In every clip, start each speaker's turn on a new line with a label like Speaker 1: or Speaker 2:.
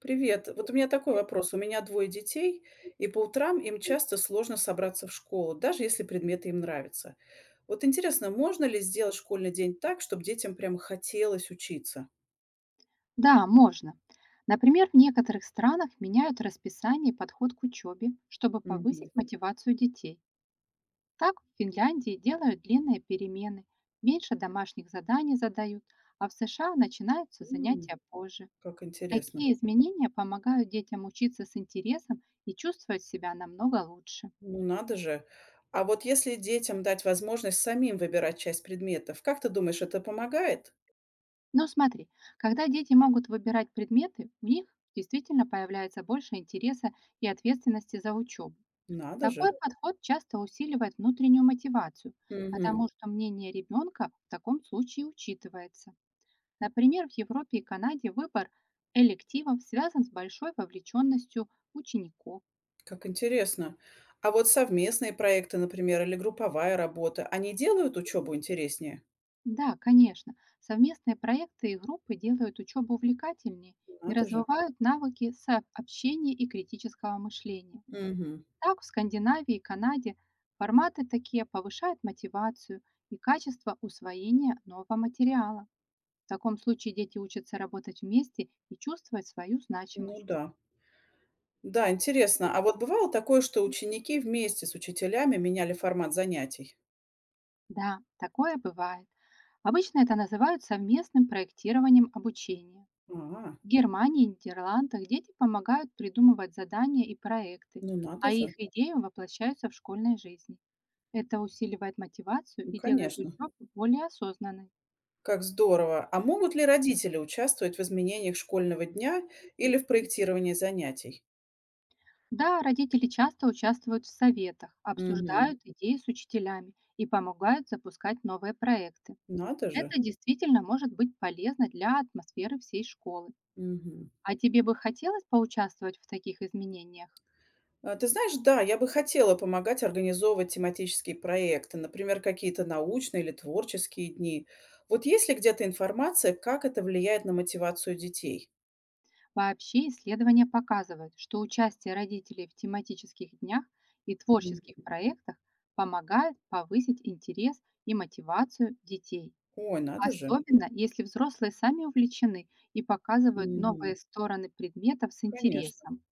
Speaker 1: Привет. Вот у меня такой вопрос. У меня двое детей, и по утрам им часто сложно собраться в школу, даже если предметы им нравятся. Вот интересно, можно ли сделать школьный день так, чтобы детям прямо хотелось учиться?
Speaker 2: Да, можно. Например, в некоторых странах меняют расписание и подход к учебе, чтобы
Speaker 1: Мгм.
Speaker 2: повысить мотивацию детей. Так в Финляндии делают длинные перемены, меньше домашних заданий задают, а в США начинаются
Speaker 1: М,
Speaker 2: занятия позже.
Speaker 1: как интересно.
Speaker 2: Такие изменения помогают детям учиться с интересом и чувствовать себя намного лучше.
Speaker 1: Ну, надо же. А вот если детям дать возможность самим выбирать часть предметов, как ты думаешь, это помогает?
Speaker 2: Но смотри, когда дети могут выбирать предметы, у них действительно появляется больше интереса и ответственности за учебу.
Speaker 1: Надо
Speaker 2: Такой
Speaker 1: же.
Speaker 2: подход часто усиливает внутреннюю мотивацию,
Speaker 1: Мгм.
Speaker 2: потому что мнение ребенка в таком случае учитывается. Например, в Европе и Канаде выбор элективов связан с большой вовлеченностью учеников.
Speaker 1: Как интересно. А вот совместные проекты, например, или групповая работа, они делают учебу интереснее?
Speaker 2: Да, конечно, совместные проекты и группы делают учебу увлекательнее и
Speaker 1: Надо же.
Speaker 2: развивают навыки сообщения и критического мышления.
Speaker 1: Мгм.
Speaker 2: Так, в Скандинавии и Канаде форматы такие повышают мотивацию и качество усвоения нового материала. В таком случае дети учатся работать вместе и чувствовать свою
Speaker 1: Ну
Speaker 2: значимость.
Speaker 1: да. Да, интересно. А вот бывало такое, что
Speaker 2: Ясно.
Speaker 1: ученики вместе с учителями меняли формат занятий?
Speaker 2: Да, такое бывает. Обычно это называют совместным проектированием обучения.
Speaker 1: А,
Speaker 2: В Германии и Нидерландах дети помогают придумывать задания и проекты,
Speaker 1: ну надо
Speaker 2: а их
Speaker 1: же.
Speaker 2: идеи воплощаются в школьной жизни. Это усиливает мотивацию
Speaker 1: Ну,
Speaker 2: и делает
Speaker 1: конечно.
Speaker 2: учебу более осознанной.
Speaker 1: Как здорово. А могут ли родители участвовать в изменениях школьного дня или в проектировании занятий?
Speaker 2: Да, родители часто участвуют в советах,
Speaker 1: Мгм.
Speaker 2: обсуждают идеи с учителями и помогают запускать новые проекты.
Speaker 1: Надо же.
Speaker 2: Это действительно может быть полезно для атмосферы всей школы.
Speaker 1: Мгм.
Speaker 2: А тебе бы хотелось поучаствовать в таких изменениях?
Speaker 1: А, ты знаешь, да, я бы хотела помогать организовывать тематические проекты, например, какие-то научные или творческие дни. Вот есть ли где-то информация, как это влияет на мотивацию детей?
Speaker 2: Вообще исследования показывают, что участие родителей в тематических днях и творческих проектах помогает повысить интерес и мотивацию детей.
Speaker 1: Ой, надо же.
Speaker 2: Особенно если взрослые сами увлечены и показывают
Speaker 1: Мгм.
Speaker 2: новые стороны предметов с
Speaker 1: Конечно.
Speaker 2: интересом.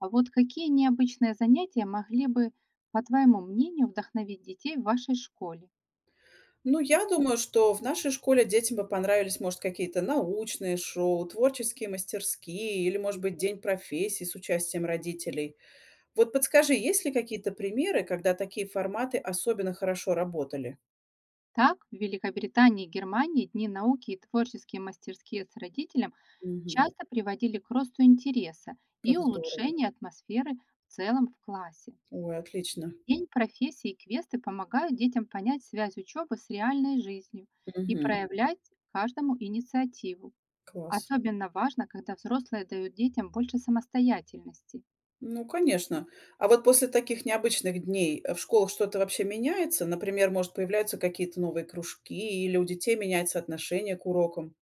Speaker 2: А вот какие необычные занятия могли бы, по твоему мнению, вдохновить детей в вашей школе?
Speaker 1: Ну, я думаю, что в нашей школе детям бы понравились, может, какие-то научные шоу, творческие мастерские или, может быть, день профессии с участием родителей. Вот подскажи, есть ли какие-то примеры, когда такие форматы особенно хорошо работали?
Speaker 2: Так, в Великобритании и Германии дни науки и творческие мастерские с родителем
Speaker 1: Мгм.
Speaker 2: часто приводили к росту интереса и
Speaker 1: Как здорово.
Speaker 2: улучшению атмосферы в целом в классе.
Speaker 1: Ой, отлично.
Speaker 2: День профессии и квесты помогают детям понять связь учебы с реальной жизнью и
Speaker 1: Мгм.
Speaker 2: проявлять каждому инициативу.
Speaker 1: Класс.
Speaker 2: Особенно важно, когда взрослые дают детям больше самостоятельности.
Speaker 1: Ну, конечно. А вот после таких необычных дней, в школах что-то вообще меняется? Например, может, появляются какие-то новые кружки или у детей меняется отношение к урокам?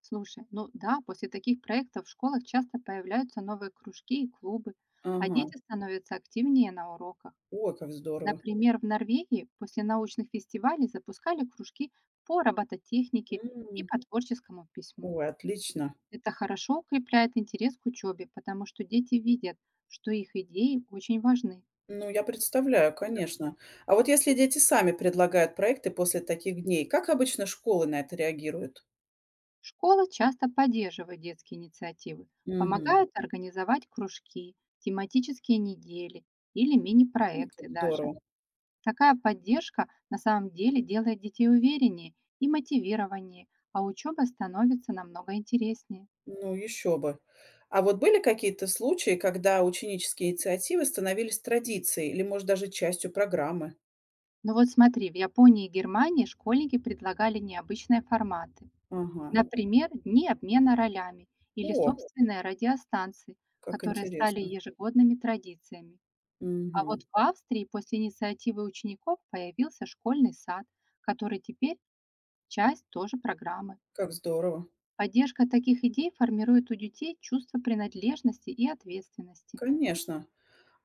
Speaker 2: Слушай, ну да, после таких проектов в школах часто появляются новые кружки и клубы, а
Speaker 1: Ага.
Speaker 2: дети становятся активнее на уроках.
Speaker 1: Ой, как здорово.
Speaker 2: Например, в Норвегии после научных фестивалей запускали кружки по робототехнике и
Speaker 1: М.
Speaker 2: по творческому письму.
Speaker 1: Ой, отлично.
Speaker 2: Это хорошо укрепляет интерес к учебе, потому что дети видят, что их идеи очень важны.
Speaker 1: Ну, я представляю, конечно. А вот если дети сами предлагают проекты после таких дней, как обычно школы на это реагируют?
Speaker 2: Школа часто поддерживает детские инициативы,
Speaker 1: Мгм.
Speaker 2: помогает организовать кружки, тематические недели или
Speaker 1: Ну,
Speaker 2: мини-проекты даже.
Speaker 1: здорово.
Speaker 2: Такая поддержка на самом деле делает детей увереннее и мотивированнее, а учеба становится намного интереснее.
Speaker 1: Ну, еще бы. А вот были какие-то случаи, когда ученические инициативы становились традицией или, может, даже частью программы?
Speaker 2: Ну вот смотри, в Японии и Германии школьники предлагали необычные форматы.
Speaker 1: Ага.
Speaker 2: Например, дни обмена ролями или
Speaker 1: О,
Speaker 2: собственные радиостанции,
Speaker 1: как
Speaker 2: которые стали
Speaker 1: интересно.
Speaker 2: ежегодными традициями. А вот
Speaker 1: Мгм.
Speaker 2: в Австрии после инициативы учеников появился школьный сад, который теперь часть тоже программы.
Speaker 1: Как здорово.
Speaker 2: Поддержка таких идей формирует у детей чувство принадлежности и ответственности.
Speaker 1: Конечно.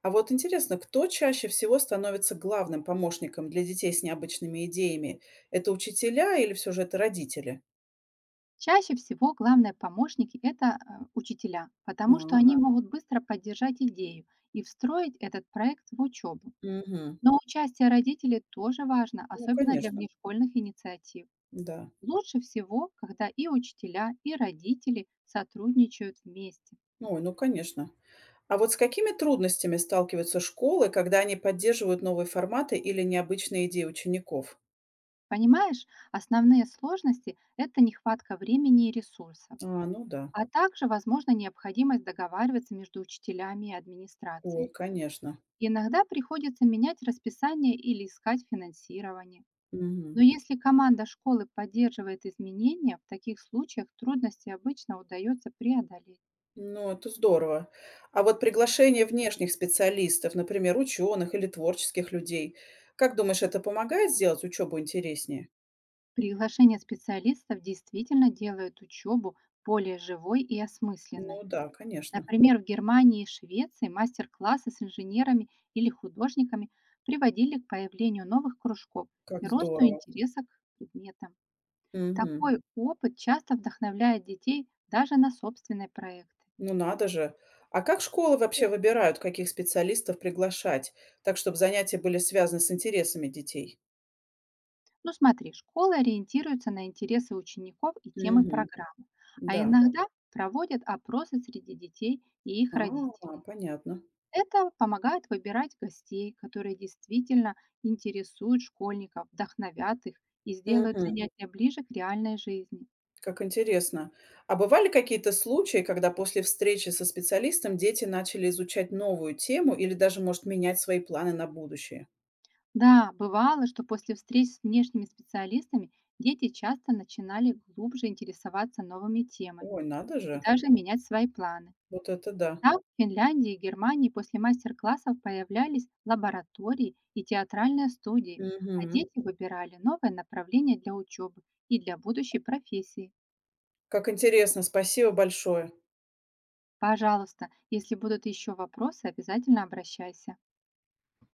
Speaker 1: А вот интересно, кто чаще всего становится главным помощником для детей с необычными идеями? Это учителя или все же это родители?
Speaker 2: Чаще всего главные помощники — это учителя, потому что
Speaker 1: А,
Speaker 2: они могут быстро поддержать идею и встроить этот проект в учебу.
Speaker 1: мгм.
Speaker 2: Но участие родителей тоже важно,
Speaker 1: Ну,
Speaker 2: особенно для
Speaker 1: конечно,
Speaker 2: внешкольных инициатив.
Speaker 1: да.
Speaker 2: Лучше всего, когда и учителя, и родители сотрудничают вместе.
Speaker 1: Ой, ну, конечно. А вот с какими трудностями сталкиваются школы, когда они поддерживают новые форматы или необычные идеи учеников?
Speaker 2: Понимаешь, основные сложности — это нехватка времени и ресурсов,
Speaker 1: А, ну да.
Speaker 2: а также, возможно, необходимость договариваться между учителями и
Speaker 1: Ой,
Speaker 2: администрацией.
Speaker 1: конечно.
Speaker 2: Иногда приходится менять расписание или искать финансирование.
Speaker 1: Мгм.
Speaker 2: Но если команда школы поддерживает изменения, в таких случаях трудности обычно удается преодолеть.
Speaker 1: Ну, это здорово. А вот приглашение внешних специалистов, например, ученых или творческих людей, как думаешь, это помогает сделать учебу интереснее?
Speaker 2: Приглашение специалистов действительно делает учебу более живой и
Speaker 1: Ну
Speaker 2: осмысленной.
Speaker 1: да, конечно.
Speaker 2: Например, в Германии и Швеции мастер-классы с инженерами или художниками приводили к появлению новых кружков
Speaker 1: Как
Speaker 2: и росту
Speaker 1: здорово.
Speaker 2: интереса к предметам.
Speaker 1: Мгм.
Speaker 2: Такой опыт часто вдохновляет детей даже на собственные проекты.
Speaker 1: Ну надо же. А как школы вообще выбирают, каких специалистов приглашать, так чтобы занятия были связаны с интересами детей?
Speaker 2: Ну смотри, школы ориентируются на интересы учеников и темы
Speaker 1: Мгм.
Speaker 2: программы, а Да.
Speaker 1: Да.
Speaker 2: иногда проводят опросы среди детей и их
Speaker 1: А,
Speaker 2: родителей.
Speaker 1: понятно.
Speaker 2: Это помогает выбирать гостей, которые действительно интересуют школьников, вдохновят их и сделают
Speaker 1: Мгм.
Speaker 2: занятия ближе к реальной жизни.
Speaker 1: Как интересно. А бывали какие-то случаи, когда после встречи со специалистом дети начали изучать новую тему или даже, может, менять свои планы на будущее?
Speaker 2: Да, бывало, что после встреч с внешними специалистами дети часто начинали глубже интересоваться новыми темами
Speaker 1: Ой, надо
Speaker 2: и
Speaker 1: же.
Speaker 2: даже менять свои планы.
Speaker 1: Вот это да.
Speaker 2: Так, в Финляндии и Германии после мастер-классов появлялись лаборатории и театральные студии, а
Speaker 1: Мгм.
Speaker 2: дети выбирали новое направление для учебы и для будущей профессии.
Speaker 1: Как интересно. Спасибо большое.
Speaker 2: Пожалуйста, если будут еще вопросы, обязательно обращайся.